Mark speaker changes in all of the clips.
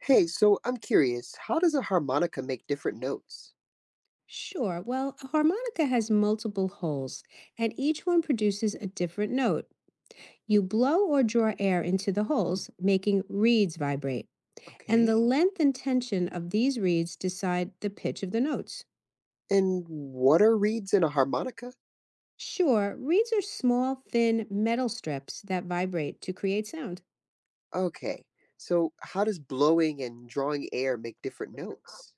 Speaker 1: Hey, so I'm curious, how does a harmonica make different notes?
Speaker 2: Sure. Well, a harmonica has multiple holes, and each one produces a different note. You blow or draw air into the
Speaker 1: Hmm,
Speaker 2: holes, making reeds vibrate. And
Speaker 1: okay.
Speaker 2: the length and tension of these reeds decide the pitch of the notes.
Speaker 1: And what are reeds in a harmonica?
Speaker 2: Sure, reeds are small, thin metal strips that vibrate to create sound.
Speaker 1: Okay. So how does blowing and drawing air make different notes?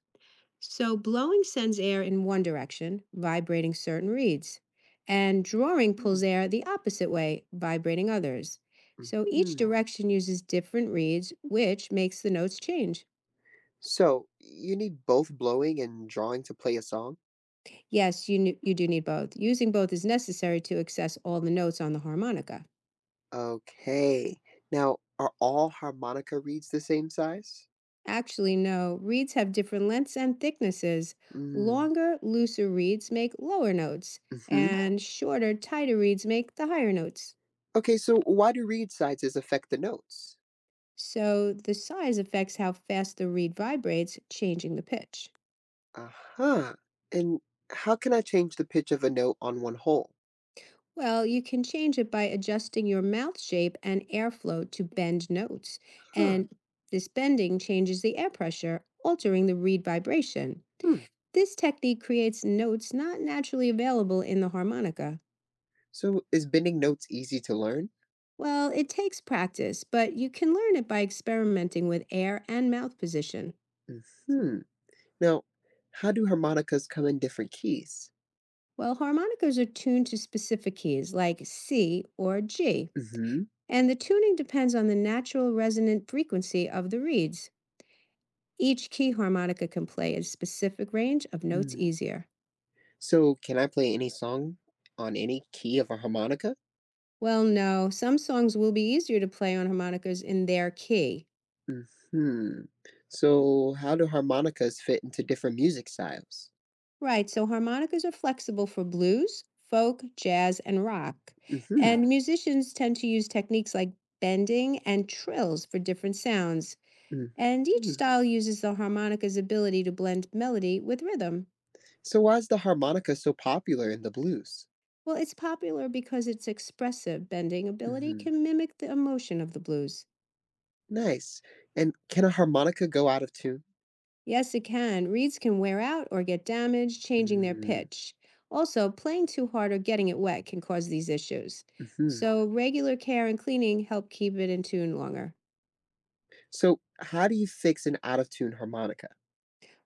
Speaker 2: So, blowing sends air in one direction, vibrating certain reeds, and drawing pulls
Speaker 1: Hmm.
Speaker 2: air the opposite way, vibrating others. So, each
Speaker 1: hmm
Speaker 2: direction uses different reeds, which makes the notes change.
Speaker 1: So you need both blowing and drawing to play a song?
Speaker 2: Yes, you do need both. Using both is necessary to access all the notes on the harmonica.
Speaker 1: Okay. Now, are all harmonica reeds the same size?
Speaker 2: Actually, no, reeds have different lengths and thicknesses.
Speaker 1: Mm.
Speaker 2: Longer, looser reeds make lower notes,
Speaker 1: Hmm.
Speaker 2: and shorter, tighter reeds make the higher notes.
Speaker 1: Okay, so why do reed sizes affect the notes?
Speaker 2: So the size affects how fast the reed vibrates, changing the pitch.
Speaker 1: Aha. And how can I change the pitch of a note on one hole?
Speaker 2: Well, you can change it by adjusting your mouth shape and airflow to bend notes.
Speaker 1: Huh.
Speaker 2: And this bending changes the air pressure, altering the reed vibration.
Speaker 1: Hmm.
Speaker 2: This technique creates notes not naturally available in the harmonica.
Speaker 1: So is bending notes easy to learn?
Speaker 2: Well, it takes practice, but you can learn it by experimenting with air and mouth position.
Speaker 1: Hmm. Now, how do harmonicas come in different keys?
Speaker 2: Well, harmonicas are tuned to specific keys like C or G,
Speaker 1: Hmm.
Speaker 2: and the tuning depends on the natural resonant frequency of the reeds. Each key harmonica can play a specific range of notes
Speaker 1: Mm.
Speaker 2: easier.
Speaker 1: So can I play any song on any key of a harmonica?
Speaker 2: Well, no, some songs will be easier to play on harmonicas in their key.
Speaker 1: Hmm. So how do harmonicas fit into different music styles?
Speaker 2: Right, so harmonicas are flexible for blues, folk, jazz, and rock.
Speaker 1: Hmm.
Speaker 2: And musicians tend to use techniques like bending and trills for different sounds.
Speaker 1: Hmm.
Speaker 2: And each style uses the harmonica's ability to blend melody with rhythm.
Speaker 1: So why is the harmonica so popular in the blues?
Speaker 2: Well, it's popular because its expressive bending ability
Speaker 1: Hmm.
Speaker 2: can mimic the emotion of the blues.
Speaker 1: Nice. And can a harmonica go out of tune?
Speaker 2: Yes, it can. Reeds can wear out or get damaged, changing their
Speaker 1: Mm,
Speaker 2: pitch. Also, playing too hard or getting it wet can cause these issues.
Speaker 1: mhm.
Speaker 2: So, regular care and cleaning help keep it in tune longer.
Speaker 1: So, how do you fix an out of tune harmonica?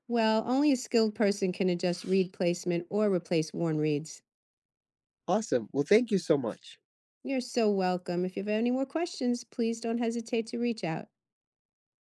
Speaker 2: Well, only a skilled person can adjust reed placement or replace worn reeds.
Speaker 1: Awesome. Well, thank you so much.
Speaker 2: You're so welcome. If you have any more questions, please don't hesitate to reach out.